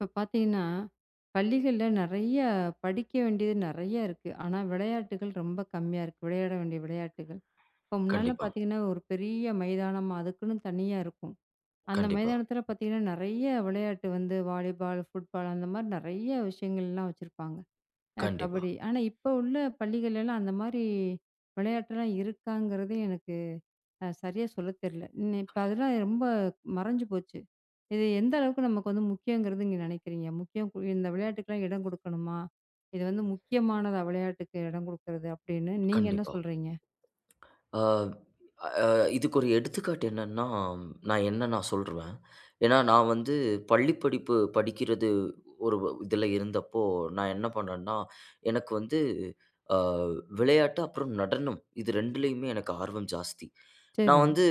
இப்போ பார்த்தீங்கன்னா, பள்ளிகள்ல நெறைய படிக்க வேண்டியது நெறைய இருக்கு. ஆனா, விளையாட்டுகள் ரொம்ப கம்மியா இருக்கு. விளையாட வேண்டிய விளையாட்டுகள். இப்போ முன்னால கண்டிப்பாங்க. பார்த்தீங்கன்னா, ஒரு பெரிய மைதானம் அதுக்குன்னு தனியா இருக்கும். அந்த கண்டிப்பா, மைதானத்தில பார்த்தீங்கன்னா, நெறைய விளையாட்டு வந்து வாலிபால், ஃபுட்பால் அந்த மாரி நெறைய விஷயங்கள்லாம் வச்சிருப்பாங்க. கண்டிப்பா, கபடி. ஆனா, இப்போ உள்ள பள்ளிகள்லலாம் அந்த மாரி விளையாட்டுலாம் இருக்காங்கிறது எனக்கு சரியா சொல்ல தெரியல. இப்ப அதெல்லாம் ரொம்ப மறைஞ்சு போச்சு. இது எந்த அளவுக்கு நமக்கு வந்து முக்கியங்கிறது நீங்க நினைக்கிறீங்க? முக்கியம் இந்த விளையாட்டுக்கெல்லாம் இடம் குடுக்கணுமா? இது வந்து முக்கியமானதா விளையாட்டுக்கு இடம் குடுக்கறது அப்படின்னு நீங்க என்ன கண்டிப்பா. சொல்றீங்க? அ அ இதுக்கு ஒரு எடுத்துக்காட்டு என்னன்னா, நான் சொல்ருவேன். ஏன்னா, நான் வந்து பள்ளி படிப்பு படிக்கிறது ஒரு இதுல இருந்தப்போ, நான் என்ன பண்ணேன்னா, எனக்கு வந்து அ விளையாட்டு அப்புறம் நடனம். இது 2லயுமே எனக்கு ஆர்வம் ஜாஸ்தி. சரி, நான் வந்து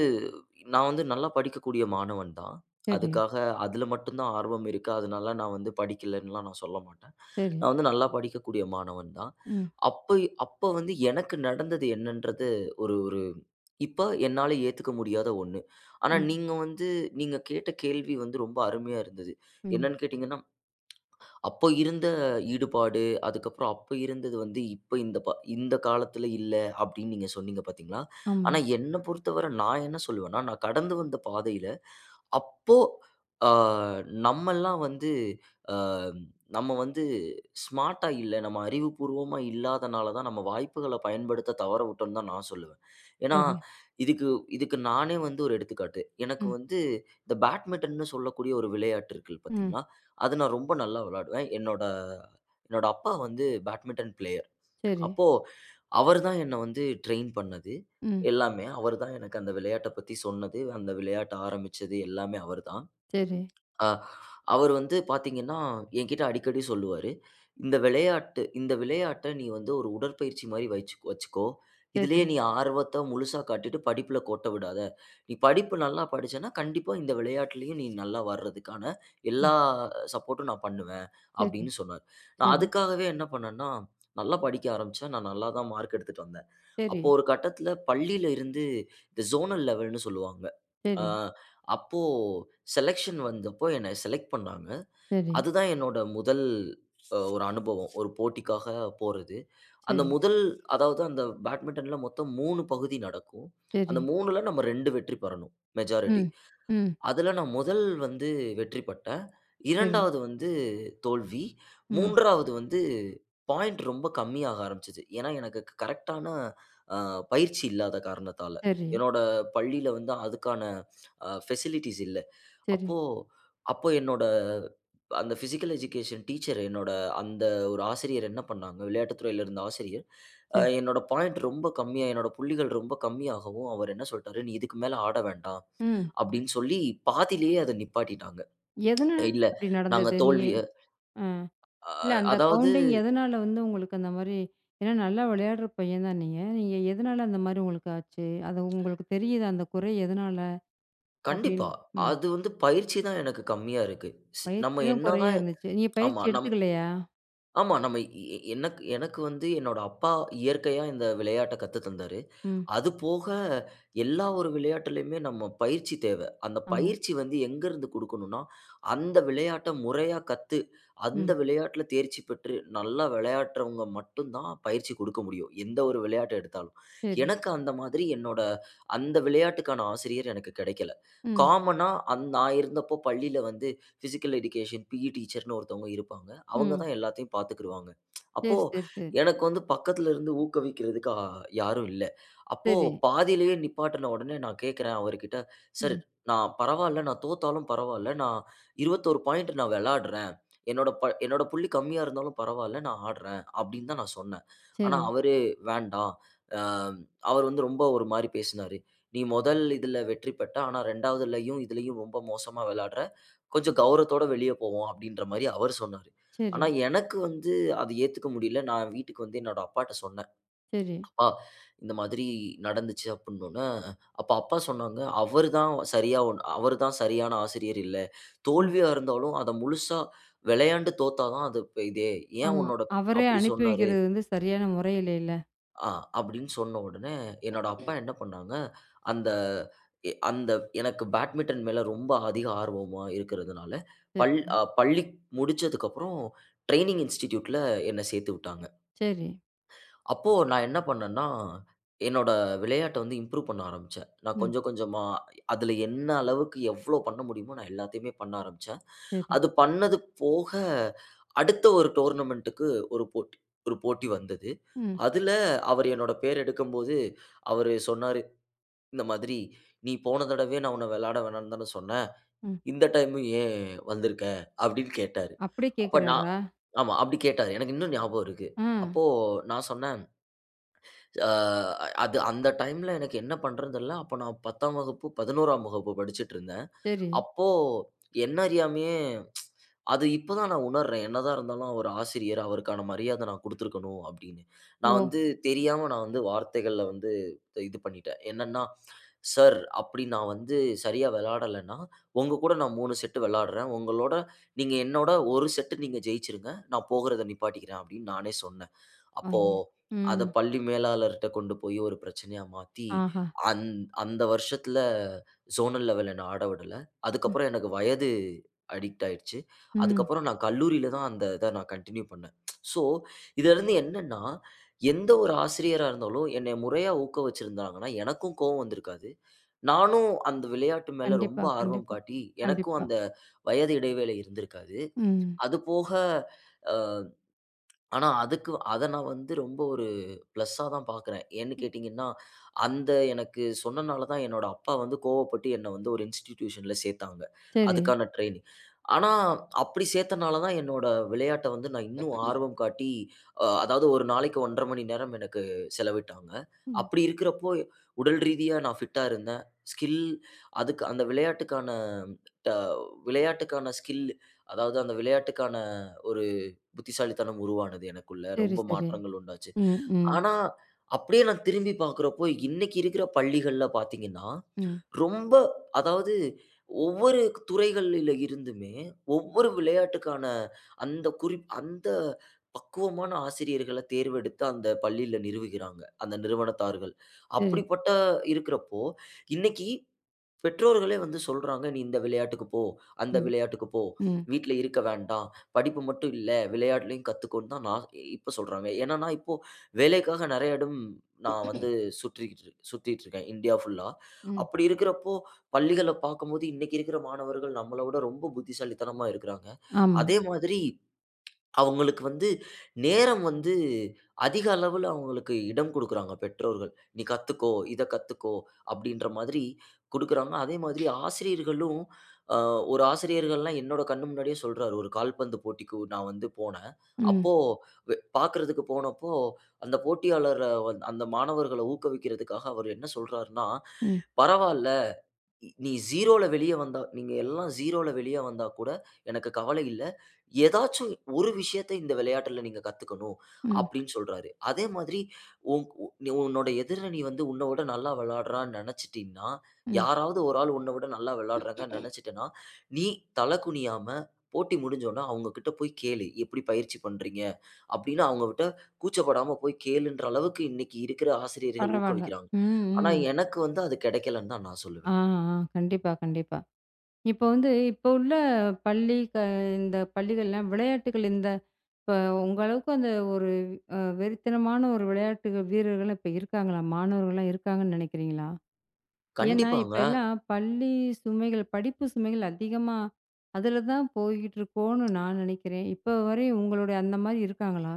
நான் வந்து நல்லா படிக்கக்கூடிய மாணவன் தான். சரி, அதுக்காக அதுல மட்டும் தான் ஆர்வம் இருக்கு. அதனால நான் வந்து படிக்கலன்னுலாம் நான் சொல்ல மாட்டேன். சரி. நான் வந்து நல்லா படிக்கக்கூடிய மாணவன் தான். ம். அப்ப அப்ப வந்து எனக்கு நடந்தது என்னன்றது ஒரு ஒரு இப்ப என்னால ஏத்துக்க முடியாத ஒண்ணு. ஆனா ம். நீங்க வந்து நீங்க கேட்ட கேள்வி வந்து ரொம்ப அருமையா இருந்தது. ம். என்னன்னு கேட்டீங்கன்னா, அப்போ இருந்த ஈடுபாடு, அதுக்கப்புறம் அப்ப இருந்தது வந்து இப்ப இந்த காலத்துல இல்ல அப்படின்னு நீங்க சொன்னீங்க பார்த்தீங்களா? ஆமா. ஆனா என்ன பொறுத்தவரை நான் என்ன சொல்லுவேன்னா, நான் கடந்து வந்த பாதையில அப்போ அ நம்மல்லாம் வந்து அ நம்ம வந்து ஸ்மார்ட்டா இல்ல, நம்ம அறிவுபூர்வமா இல்லாதனால தான் நம்ம வாய்ப்புகள பயன்படுத்த தவற விட்டோம்ன்னு தான் நான் சொல்லுவேன். ஏன்னா, சரி. இதுக்கு இதுக்கு நானே வந்து ஒரு எடுத்துக்காட்டு. எனக்கு ம். வந்து இந்த பேட்மிட்டன்னு சொல்லக்கூடிய ஒரு விளையாட்டு இருக்கு ம். பார்த்தீங்களா? அது நான் ரொம்ப நல்லா விளையாடுவேன். என்னோட என்னோட அப்பா வந்து பேட்மிட்டன் பிளேயர். சரி. அப்போ அவர் தான் என்ன வந்து ட்ரெயின் பண்ணது. ம். எல்லாமே அவர் தான் எனக்கு அந்த விளையாட்ட பத்தி சொன்னது. அந்த விளையாட்ட ஆரம்பிச்சது எல்லாமே அவர் தான். சரி. ஆ. அவரு வந்து பாத்தீங்கன்னா, என்கிட்ட அடிக்கடி சொல்லுவாரு. இந்த விளையாட்ட நீ வந்து ஒரு உடற்பயிற்சி மாரி வச்சுக்கோ. சரி. இதுலயே நீ ஆர்வத்த முழுசா காட்டிட்டு படிப்புல கோட்ட விடாத. நீ படிப்பு நல்லா படிச்சன்னா, கண்டிப்பா இந்த விளையாட்டுலயும் நீ நல்லா வர்றதுக்கான ம். எல்லா சப்போர்ட்டும் நான் பண்ணுவேன்." சரி. அப்படின்னு சொன்னாரு. நான் சரி. அதுக்காகவே என்ன பண்ணேன்னா, நல்லா படிக்க ஆரம்பிச்சேன். நான் நல்லா தான் மார்க் எடுத்துட்டு வந்தேன். சரி. அப்போ ஒரு கட்டத்துல பள்ளியில இருந்து இந்த ஜோனல் லெவல்ன்னு சொல்லுவாங்க. ஆ சரி. அப்போ செலக்ஷன் வந்தப்போ என்ன செலக்ட் பண்ணாங்க. சரி. அதுதான் என்னோட முதல் ஒரு அனுபவம். ஒரு போட்டிக்காக போறது. அந்த சரி. முதல் அதாவது அந்த பேட்மிட்டன்ல மொத்தம் 3 பகுதி நடக்கும். சரி. அந்த 3ல நம்ம 2 வெற்றி பெறணும், மெஜாரிட்டி. ம். ம். அதுல நான் முதல் வந்து வெற்றி பட்டேன். சரி. 2வது வந்து தோல்வி. ம். 3வது வந்து பாயிண்ட் ரொம்ப கம்மியாக ஆரம்பிச்சது. ஏன்னா, எனக்கு கரெக்ட்டான அ பயிற்சி இல்லாத காரணத்தால. சரி. என்னோட பள்ளியில வந்து அதுக்கான ஃபெசிலிட்டீஸ் இல்ல. சரி. அப்போ அப்போ என்னோட அந்த ஃபிசிக்கல் எஜுகேஷன் டீச்சர், என்னோட அந்த ஒரு ஆசிரியர் என்ன பண்ணாங்க, விளையாட்டுத் துறையில இருந்த ஆசிரியர், சரி. என்னோட பாயிண்ட் ரொம்ப கம்மியா, என்னோட புள்ளிகள் ரொம்ப கம்மியாகவும், அவர் என்ன சொல்ட்டாரு, "நீ இதுக்கு மேல ஆட வேண்டாம்." ம். அப்படின்னு சொல்லி பாதியிலேயே அத நிப்பாட்டிட்டாங்க. எதனால இல்ல, அப்படி நாங்க நடந்தது? நீ தோல்விய அ அ இல்ல அந்த அதாவது கவுண்டிங் எதனால வந்து உங்களுக்கு அந்த மாரி? ஏன்னா நல்லா விளையாடுற பையன் தான் நீங்க. நீங்க எதனால அந்த மாரி உங்களுக்கு ஆச்சு? அது உங்களுக்கு தெரியுதா அந்த குறை எதனால? அப்படின்னு கண்டிப்பா. ம். அது வந்து பயிற்சி தான் எனக்கு கம்மியா இருக்கு. ஸ் பயிற்சி நம்ம தான் குறையா என்னதான் இருந்துச்சு. நீங்க ஆமா. பயிற்சி எடுத்துக்கலையா? ஆமா. நம்ம எ எ எனக்கு எனக்கு வந்து என்னோட அப்பா இயற்கையா இந்த விளையாட்ட கத்து தந்தாரு. ம். அது போக எல்லா ஒரு விளையாட்டுலயுமே நம்ம பயிற்சி தேவ. அந்த ஆமா. பயிற்சி வந்து எங்கருந்து குடுக்கணும்னா, அந்த விளையாட்ட முறையா கத்து, அந்த ம். விளையாட்டுல தேர்ச்சி பெற்று நல்லா விளையாடுறவங்க மட்டும் தான் பயிற்சி குடுக்க முடியும். எந்த ஒரு விளையாட்ட எடுத்தாலும். சரி. எனக்கு அந்த மாதிரி என்னோட அந்த விளையாட்டுக்கான ஆசிரியர் எனக்கு கிடைக்கல. ம். காமனா நான் இருந்தப்போ பள்ளியில வந்து பிசிக்கல் எடியூகேஷன் பிஇ டீச்சர்ன்னு ஒருத்தவங்க இருப்பாங்க. அவங்க ம். தான் எல்லாத்தையும் பார்த்துக்கிருவாங்க. அப்போ சரி, சரி, சரி. எனக்கு வந்து பக்கத்துல இருந்து ஊக்குவிக்கிறதுக்கு யாரும் இல்ல. அப்போ சரி. பாதியிலேயே நிப்பாட்டுன உடனே நான் கேட்கிறேன் அவர்கிட்ட, "சார், ம். நான் பரவால்ல. நான் தோத்தாலும் பரவால்ல. நான் 21 பாயிண்ட் நான் விளையாடுறேன். என்னோட புள்ளி கம்மியா இருந்தாலும் பரவால்ல. நான் ஆடுறேன்." அப்படின்னு தான் நான் சொன்னேன். ஆனா சரி, அவரு வேண்டாம். அ அவர் வந்து ரொம்ப ஒரு மாரி பேசினாரு. "நீ முதல் இதுல வெற்றி பெட்ட. ஆனா 2வதுலயும் இதுலயும் ரொம்ப மோசமா விளையாடுற. கொஞ்சம் கௌரவத்தோட வெளிய போவோம்." அப்படின்ற மாரி அவர் சொன்னாரு. சரி, ஆனா, எனக்கு வந்து அது ஏத்துக்க முடியல. நான் வீட்டுக்கு வந்து என்னோட அப்பாட்ட சொன்னேன். சரி. "அப்பா, இந்த மாதிரி நடந்துச்சு" அப்புட்னோன்னே, அப்ப அப்பா சொன்னாங்க, அவரு தான் சரியான ஆசிரியர் இல்ல. ம். தோல்வியா இருந்தாலும் அத முழுசா விளையாண்டு தோத்தா தான் அது இப்ப இதே. ஏன் ஆமா. உன்னோட அவரே அப்படி அனுப்பி சொன்னாரு?" வைக்கிறது வந்து சரியான முறை இல்லைல்ல. ஆ அப்படின்னு சொன்ன உடனே, என்னோட அப்பா என்ன பண்ணாங்க, அந்த அந்த எனக்கு பேட்மிட்டன் மேல ரொம்ப அதிக ஆர்வமா இருக்கிறதுனால, சரி, பள்ளி முடிச்சதுக்கப்புறம் ட்ரெய்னிங் இன்ஸ்டிடியூட்ல என்ன சேர்த்து விட்டாங்க. சரி. அப்போ நான் என்ன பண்ணேன்னா, என்னோட விளையாட்ட வந்து இம்ப்ரூவ் பண்ண ஆரம்பிச்சேன். நான் ம். கொஞ்சம் கொஞ்சமா அதில என்ன அளவுக்கு எவ்ளோ பண்ண முடியுமோ நான் எல்லாத்தையுமே பண்ண ஆரம்பிச்சேன். சரி. அது பண்ணது போக அடுத்த ஒரு டோர்னமென்ட்டுக்கு ஒரு போட்டி ஒரு போட்டி வந்தது. ம். அதில அவர் என்னோட பேர் எடுக்கும்போது, அவரு சொன்னாரு, இந்த மாதிரி, "நீ போன தடவையே நான் உன்ன விளையாட வேணாம்னு தானே சொன்னேன். ம். இந்த டைமும் ஏன் வந்திருக்க?" அப்படின்னு கேட்டாரு. அப்படியே அப்ப நான், கேட்கிறாரா? ஆமா அப்படி கேட்டாரு. எனக்கு இன்னும் ஞாபகம் இருக்கு. ஆ, அப்போ நான் சொன்னேன், அ அது அந்த டைம்ல எனக்கு என்ன பண்றதுன்னு தெரியல. அப்ப நான் 10ஆம் வகுப்பு, 11ஆம் வகுப்பு படிச்சுட்டுருந்தேன். சரி. அப்போ என்ன அறியாமயே, அது இப்ப தான் நான் உணர்றேன். என்னதான் இருந்தாலும் ஒரு ஆசிரியர், அவருக்கான மரியாதை நான் குடுத்துருக்கணும் அப்படின்னு. நான் ஓ! வந்து தெரியாம நான் வந்து வார்த்தைகள்ல வந்து இது பண்ணிட்டேன். என்னன்னா, "சார், அப்படி நான் வந்து சரியா விளையாடலன்னா, உங்க கூட நான் 3 செட் விளையாடுறேன். நீங்க என்னோட 1 செட் நீங்க ஜெயிச்சுருங்க. நான் போகுறத நிப்பாட்டிக்கிறேன்" அப்படின்னு நானே சொன்னேன். அப்போ ஐயோ! அத ம். பள்ளி மேலாளர்ட்ட கொண்டு போய் ஒரு பிரச்சனையா மாத்தி, ஆஹா! அந் அந்த வருஷத்துல ஜோனல் லெவல் என்ன ஆட விடல. ம், அதுக்கப்புறம் எனக்கு வயது அடிக்ட் ஆயிடுச்சு. ம். அதுக்கப்புறம் நான் கல்லூரியில தான் அந்த இத நான் கன்டின்யூ பண்ணேன். ஸோ இதிலிருந்து என்னன்னா, எந்த ஒரு ஆசிரியரா இருந்தாலும் என்னைய முறையா ஊக்க வச்சிருந்தாங்கன்னா, எனக்கும் கோவம் வந்திருக்காது. நானும் அந்த விளையாட்டு மேல கண்டிப்பா, ரொம்ப ஆர்வம் கண்டிப்பா, காட்டி, எனக்கும் கண்டிப்பா. அந்த வயது இடைவேளை இருந்திருக்காது. ம். அது போக அ ஆனா, அதுக்கு அத நான் வந்து ரொம்ப ஒரு ப்ளஸ்ஸா தான் பார்க்குறேன். ஏன்னு கேட்டீங்கன்னா, அந்த எனக்கு சொன்னனால தான் என்னோட அப்பா வந்து கோவப்பட்டு என்ன வந்து ஒரு இன்ஸ்டிடியூஷன்ல சேர்த்தாங்க. சரி. அதுக்கான ட்ரெய்னிங். ஆனா, அப்படி சேர்த்தனால தான் என்னோட விளையாட்ட வந்து நான் இன்னும் ஆர்வம் காட்டி, அதாவது ஒரு நாளைக்கு 1 1/2 மணி நேரம் எனக்கு செலவிட்டாங்க. ம். அப்படி இருக்கிறப்போ உடல் ரீதியா நான் ஃபிட்டா இருந்தேன். ஸ்கில் அதுக்கு அந்த விளையாட்டுக்கான ட விளையாட்டுக்கான ஸ்கில், அதாவது அந்த விளையாட்டுக்கான ஒரு புத்திசாலித்தனம் உருவானது எனக்குள்ள. சரி, ரொம்ப சரி. மாற்றங்கள் உண்டாச்சு. ம், ம், ஆனா, அப்படியே நான் திரும்பி பார்க்குறப்போ, இன்னைக்கு இருக்கிற பள்ளிகள்ல பார்த்தீங்கன்னா, ம். ரொம்ப அதாவது ஒவ்வொரு துறைகளில இருந்துமே, ஒவ்வொரு விளையாட்டுக்கான அந்த பக்குவமான ஆசிரியர்கள தேர்வெடுத்து அந்த பள்ளியில நிறுவுகிறாங்க, அந்த நிறுவனத்தார்கள். சரி. அப்படிப்பட்ட இருக்கிறப்போ, இன்னைக்கு பெற்றோர்களே வந்து சொல்றாங்க, "நீ இந்த விளையாட்டுக்கு போ, அந்த ம், விளையாட்டுக்கு போ. ம், வீட்ல இருக்க வேண்டாம். படிப்பு மட்டும் இல்ல, விளையாட்லயும் கத்துக்கோன்னு" தான் நான் இப்ப சொல்றாங்க. ஏன்னா, நான் இப்போ வேலைக்காக நெறைய இடம் நான் வந்து சுற்றிக்கிட்டு இருக் சுத்திட்டு இருக்கேன், இந்தியா ஃபுல்லா. ம். அப்படி இருக்கிறப்போ, பள்ளிகள பார்க்கும்போது, இன்னைக்கு இருக்கிற மாணவர்கள் நம்மள விட ரொம்ப புத்திசாலித்தனமா இருக்கிறாங்க. ஆமா. அதே மாதிரி அவங்களுக்கு வந்து நேரம் வந்து அதிக அளவுல அவங்களுக்கு இடம் குடுக்குறாங்க பெற்றோர்கள். "நீ கத்துக்கோ, இத கத்துக்கோ" அப்படின்ற மாதிரி குடுக்குறாங்க. அதே மாதிரி ஆசிரியர்களும் அ ஒரு ஆசிரியர்கள்லாம் என்னோட கண்ணு முன்னாடியே சொல்றாரு. ஒரு கால்பந்து போட்டிக்கு நான் வந்து போனேன். ம், அப்போ பார்க்கறதுக்கு போனப்போ, அந்த போட்டியாளர வந் அந்த மாணவர்கள ஊக்குவிக்கிறதுக்காக அவர் என்ன சொல்றாருன்னா, ம், "பரவால்ல. நீ 0ல வெளிய வந்தா நீங்க எல்லாம் 0ல வெளிய வந்தா கூட எனக்கு கவலை இல்ல. ஏதாச்சும் ஒரு விஷயத்த இந்த விளையாட்டுல நீங்க கத்துக்கணும் ம், அப்படின்னு சொல்றாரு. அதே மாதிரி உன் உ நீ உன்னோட எதிரணி வந்து உன்ன விட நல்லா விளையாடுறான்னு நெனச்சுட்டீன்னா, ம். யாராவது ஒரு ஆள் உன்ன விட நல்லா விளையாடுறாங்கன்னு நெனச்சுட்டன்னா, நீ தல குனியாம போட்டி முடிஞ்சோன அவங்க கிட்ட போய் கேளு. எப்படி பயிற்சி பண்றீங்க? அப்படின்னு அவங்ககிட்ட கூச்சப்படாம போய் கேளுன்ற அளவுக்கு இன்னைக்கு இருக்கிற ஆசிரியர்கள் பரவால்ல. ஊக்குவிக்கிறாங்க. ம், ஆனா ம். எனக்கு வந்து அது கிடைக்கலன்னு தான் நான் ஆ, சொல்லுவேங்க. ஆ. கண்டிப்பா, கண்டிப்பா. இப்போ வந்து இப்போ உள்ள பள்ளி க இந்த பள்ளிகள்லாம் விளையாட்டுகள் இந்த இப்ப உங்க அளவுக்கு அந்த ஒரு வெறித்தனமான ஒரு விளையாட்டு வீரர்கள்லாம் இப்ப இருக்காங்களா? மாணவர்கள்லாம் இருக்காங்கன்னு நினைக்கிறீங்களா? ஏன்னா, இப்ப கண்டிப்பாங்க. எல்லாம் பள்ளி சுமைகள், படிப்பு சுமைகள் அதிகமா அதுல தான் போய்கிட்டு இருக்கோன்னு நான் நினைக்கிறேன். இப்ப வரை உங்களுடைய அந்த மாரி இருக்காங்களா?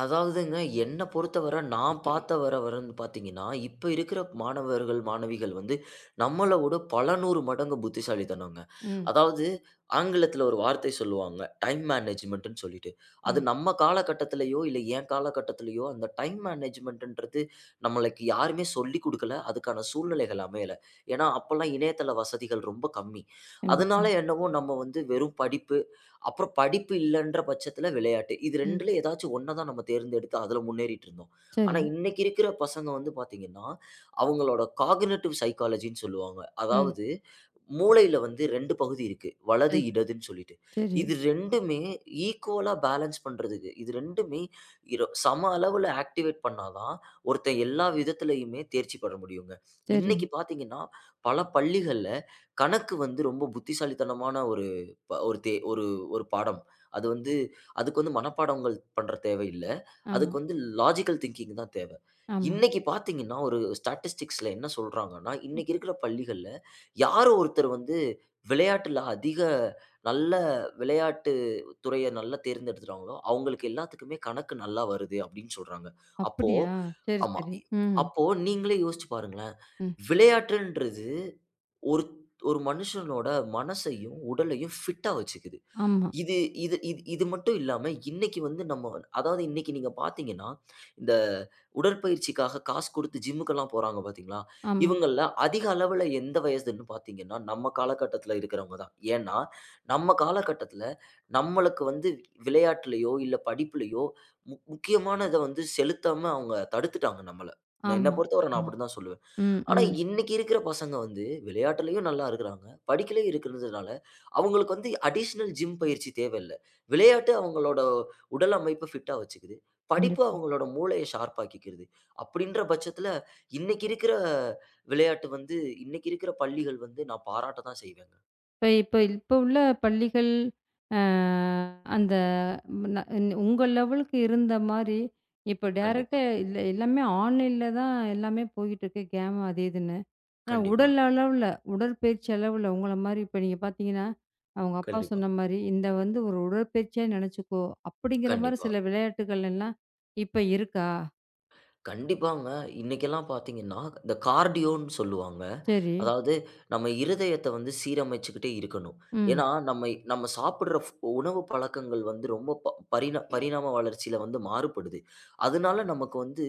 அதாவதுங்க என்ன பொறுத்தவர நான் பார்த்த வர வரன்னு பார்த்தீங்கன்னா, இப்ப இருக்கிற மாணவர்கள், மாணவிகள் வந்து நம்மளோட பல 100 மடங்கு புத்திசாலித்தனங்க. ம், அதாவது ஆங்கிலத்தில ஒரு வார்த்தை சொல்லுவாங்க. டைம் மேனேஜ்மென்ட்ன்னு சொல்லிட்டு. அது ம், நம்ம காலகட்டத்திலயோ, இல்ல என் காலகட்டத்திலயோ அந்த டைம் மேனேஜ்மென்ட்ன்றது நம்மளுக்கு யாருமே சொல்லிக் குடுக்கல. அதுக்கான சூழ்நிலைகள் அமையல. ஏன்னா, அப்பல்லாம் இணையதள வசதிகள் ரொம்ப கம்மி. கண்டிப்பா. அதனால என்னவோ நம்ம வந்து வெறும் படிப்பு அப்புறம் படிப்பு இல்லன்ற பட்சத்தில விளையாட்டு. இது ம், 2ல ஏதாச்சும் 1 தான் நம்ம தேர்ந்தெடுத்து அதில முன்னேறிட்டு இருந்தோம். ஆனா சரி, இன்னைக்கு இருக்கிற பசங்க வந்து பார்த்தீங்கன்னா, அவங்களோட காக்னிட்டிவ் சைக்காலஜின்னு சொல்லுவாங்க. ம். அதாவது மூளையில வந்து 2 பகுதி இருக்கு. வலது, சரி, இடதுன்னு சொல்லிட்டு. சரி, இது 2மே ஈக்குவலா பேலன்ஸ் பண்றதுக்கு, இது 2மே சம அளவுல ஆக்டிவேட் பண்ணா தான், ஒருத்தன் எல்லா விதத்திலயுமே தேர்ச்சி பெற முடியுங்க. சரி. இன்னைக்கு பார்த்தீங்கன்னா, பல பள்ளிகள்ல கணக்கு வந்து ரொம்ப புத்திசாலித்தனமான ஒரு ப ஒரு தே ஒரு ஒரு பாடம். அது வந்து அதுக்கு வந்து மனப்பாடங்கள் பண்ற தேவையில்ல. ஆமா, அதுக்கு வந்து லாஜிக்கல் திங்கிங் தான் தேவை. ஆமா. இன்னைக்கு பார்த்தீங்கன்னா, ஒரு ஸ்டாட்டிஸ்டிக்ஸ்ல என்ன சொல்றாங்கன்னா, இன்னைக்கு இருக்கிற பள்ளிகள்ல யாரோ ஒருத்தர் வந்து விளையாட்டுல அதிக நல்ல விளையாட்டு துறைய நல்லா தேர்ந்தெடுத்துட்டாங்களோ, அவங்களுக்கு எல்லாத்துக்குமே கணக்கு நல்லா வருது அப்படின்னு சொல்றாங்க. அப்போ அப்படியா? சரி, ஆமா. சரி. ம், அப்போ நீங்களே யோசிச்சு பாருங்களேன். ம். விளையாட்டுன்றது ஒரு ஒரு மனுஷனோட மனசையும், உடலையும் ஃபிட்டா வச்சுக்குது. ஆமா, இது இது இது இது மட்டும் இல்லாம, இன்னைக்கு வந்து நம்ம அதாவது இன்னைக்கு நீங்க பார்த்தீங்கன்னா, இந்த உடற்பயிற்சிக்காக காசு குடுத்து ஜிம்முக்கெல்லாம் போறாங்க பார்த்தீங்களா? ஆமா, இவங்கள்ல அதிக அளவுல எந்த வயதுன்னு பார்த்தீங்கன்னா, நம்ம காலகட்டத்தில இருக்கிறவங்க தான். ஏன்னா, நம்ம காலகட்டத்தில நம்மளுக்கு வந்து விளையாட்டுலயோ, இல்ல படிப்புலயோ முக்கியமான இத வந்து செலுத்தாம அவங்க தடுத்துட்டாங்க நம்மள. என்ன ஆமா. பொறுத்தவரை நான் ஆமா. அப்படிதான் சொல்லுவேன். ம், ஆனா, ம். இன்னைக்கு இருக்கிற பசங்க வந்து விளையாட்டுலயும் நல்லா இருக்கிறாங்க. படிக்கலயும் இருக்கிறதுனால, அவங்களுக்கு வந்து அடிஷனல் ஜிம் பயிற்சி தேவையில்ல. விளையாட்டு அவங்களோட உடல் அமைப்ப ஃபிட்டா வச்சுக்குது. படிப்பு கண்டிப்பா. அவங்களோட மூளைய ஷார்ப் ஆக்கிக்கிறது. அப்படின்ற பட்சத்தில, இன்னைக்கு இருக்கிற விளையாட்டு வந்து இன்னைக்கு இருக்கிற பள்ளிகள் வந்து நான் பாராட்ட தான் செய்வேங்க. இப்ப இப்ப இப்ப உள்ள பள்ளிகள், அ அந்த ந உங்க லெவலுக்கு இருந்த மாரி, இப்ப டைரக்ட்டா கண்டிப்பா, இல்ல எல்லாமே ஆன்லைன்ல தான் எல்லாமே போயிட்டு இருக்கு. கேம் அது இதுன்னு. ஆனா கண்டிப்பா, உடல் அளவுல, உடற்பயிற்சி அளவுல உங்கள மாரி இப்ப நீங்க பார்த்தீங்கன்னா, அவங்க அப்பா கண்டிப்பா, சொன்ன மாரி, இந்த வந்து ஒரு உடற்பயிற்சியா நெனச்சுக்கோ, அப்படிங்கிற மாரி கண்டிப்பா. சில விளையாட்டுகள் எல்லாம் இப்ப இருக்கா? கண்டிப்பாங்க. இன்னைக்கெல்லாம் பார்த்தீங்கன்னா, இந்த கார்டியோன்னு சொல்லுவாங்க. சரி. அதாவது நம்ம இருதயத்த வந்து சீரமைச்சுக்கிட்டே இருக்கணும். ம். ஏன்னா, நம்ம நம்ம சாப்பிடுற உணவு பழக்கங்கள் வந்து ரொம்ப ப பரிணா பரிணாம வளர்ச்சியில வந்து மாறுபடுது. அதனால நமக்கு வந்து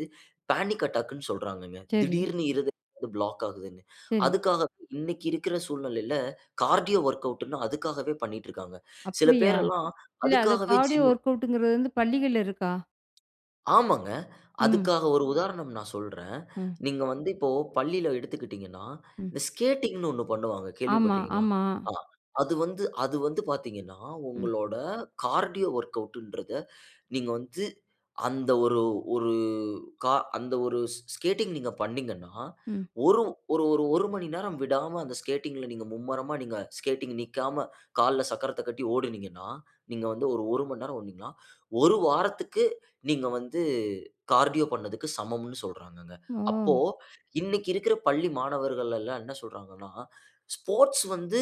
பேனிக் அட்டாக்குன்னு சொல்றாங்கங்க. சரி, திடீர்னு இருதயம் வந்து பிளாக் ஆகுதுன்னு. சரி. அதுக்காக இன்னைக்கு இருக்கிற சூழ்நிலையில கார்டியோ வொர்க் அவுட்ன்னு அதுக்காகவே பண்ணிட்டு இருக்காங்க. சில அப்படியா? பேரெல்லாம் இல்ல அது அதுக்காகவே கார்டியோ ஜிம் ஒர்க் அவுட்ங்கிறது வந்து பள்ளிகள்ல இருக்கா? ஆமாங்க. ம். அதுக்காக ஒரு உதாரணம் நான் சொல்றேன். ம். நீங்க வந்து இப்போ பள்ளியில எடுத்துக்கிட்டீங்கன்னா, ம். இந்த ஸ்கேட்டிங்ன்னு ஒண்ணு பண்ணுவாங்க. ஆமா, கேள்விப்பட்டுருக்கீங்களா? ஆமா. ஆ. அது வந்து பார்த்தீங்கன்னா, ம், உங்களோட கார்டியோ வொர்க் அவுட்ன்றத நீங்க வந்து அந்த ஒரு ஒரு கா அந்த ஒரு ஸ் ஸ்கேட்டிங் நீங்க பண்ணீங்கன்னா, ம். ஒரு ஒரு ஒரு 1 மணி நேரம் விடாம அந்த ஸ்கேட்டிங்ல நீங்க மும்மரமா நீங்க ஸ்கேட்டிங் நிக்காம கால்ல சக்கரத்த கட்டி ஓடுனீங்கன்னா, நீங்க வந்து ஒரு 1 மணி நேரம் ஓடுனீங்கன்னா, 1 வாரத்துக்கு நீங்க வந்து கார்டியோ பண்ணதுக்கு சமம்னு சொல்றாங்கங்க. அப்போ ஓ! இன்னைக்கு இருக்கிற பள்ளி மாணவர்கள் எல்லாம் என்ன சொல்றாங்கன்னா, ஸ்போர்ட்ஸ் வந்து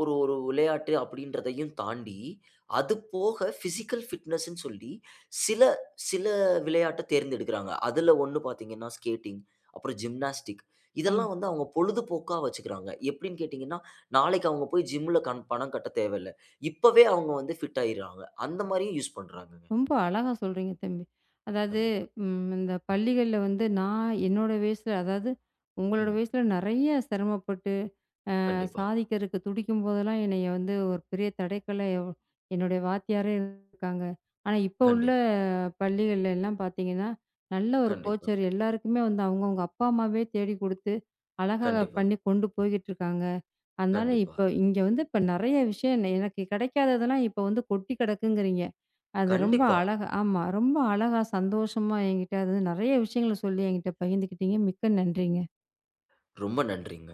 ஒரு ஒரு விளையாட்டு அப்படின்றதையும் தாண்டி, அது போக பிசிக்கல் ஃபிட்னஸ்ன்னு சொல்லி சில சில விளையாட்ட தேர்ந்தெடுக்கிறாங்க. அதுல ஒண்ணு பார்த்தீங்கன்னா, ஸ்கேட்டிங், அப்புறம் ஜிம்னாஸ்டிக் ஆ, இதெல்லாம் வந்து அவங்க பொழுதுபோக்கா வச்சுக்கிறாங்க. எப்படின்னு கேட்டீங்கன்னா, நாளைக்கு அவங்க போய் ஜிம்ல பணம் கட்ட தேவையில்ல. இப்பவே அவங்க வந்து ஃபிட் ஆயிடுறாங்க. அந்த மாரியும் யூஸ் பண்றாங்கங்க. ரொம்ப அழகா சொல்றீங்க தம்பி. அதாவது கண்டிப்பா. ம் இந்த பள்ளிகள்ல வந்து நான் என்னோட வயசுல அதாவது உங்களோட ம். வயசுல நெறைய சிரமப்பட்டு கண்டிப்பா, சாதிக்கிறதுக்கு துடிக்கும் போதெல்லாம் என்னைய வந்து ஒரு பெரிய தடைக்கல்லா என்னுடைய வாத்தியாரே இருக்காங்க. ஆனா, இப்ப உள்ள கண்டிப்பா, பள்ளிகள்ல எல்லாம் பார்த்தீங்கன்னா, நல்ல ஒரு கண்டிப்பா, கோச்சர் எல்லாருக்குமே வந்து அவங்கவங்க அப்பா அம்மாவே தேடி குடுத்து, அழகா கண்டிப்பா, பண்ணி கொண்டு போய்கிட்டு இருக்காங்க. அதனால கண்டிப்பா, இப்ப இங்க வந்து இப்ப நெறைய விஷயம் எனக்கு கிடைக்காததெல்லாம் இப்ப வந்து கொட்டி கிடக்குங்கிறீங்க. அது ரொம்ப கண்டிப்பா. அழகா. ஆமா. ரொம்ப அழகா சந்தோஷமா என்கிட்ட அது நெறைய விஷயங்கள சொல்லி என்கிட்ட பகிர்ந்துக்கிட்டீங்க. மிக்க நன்றிங்க. ரொம்ப நன்றிங்க.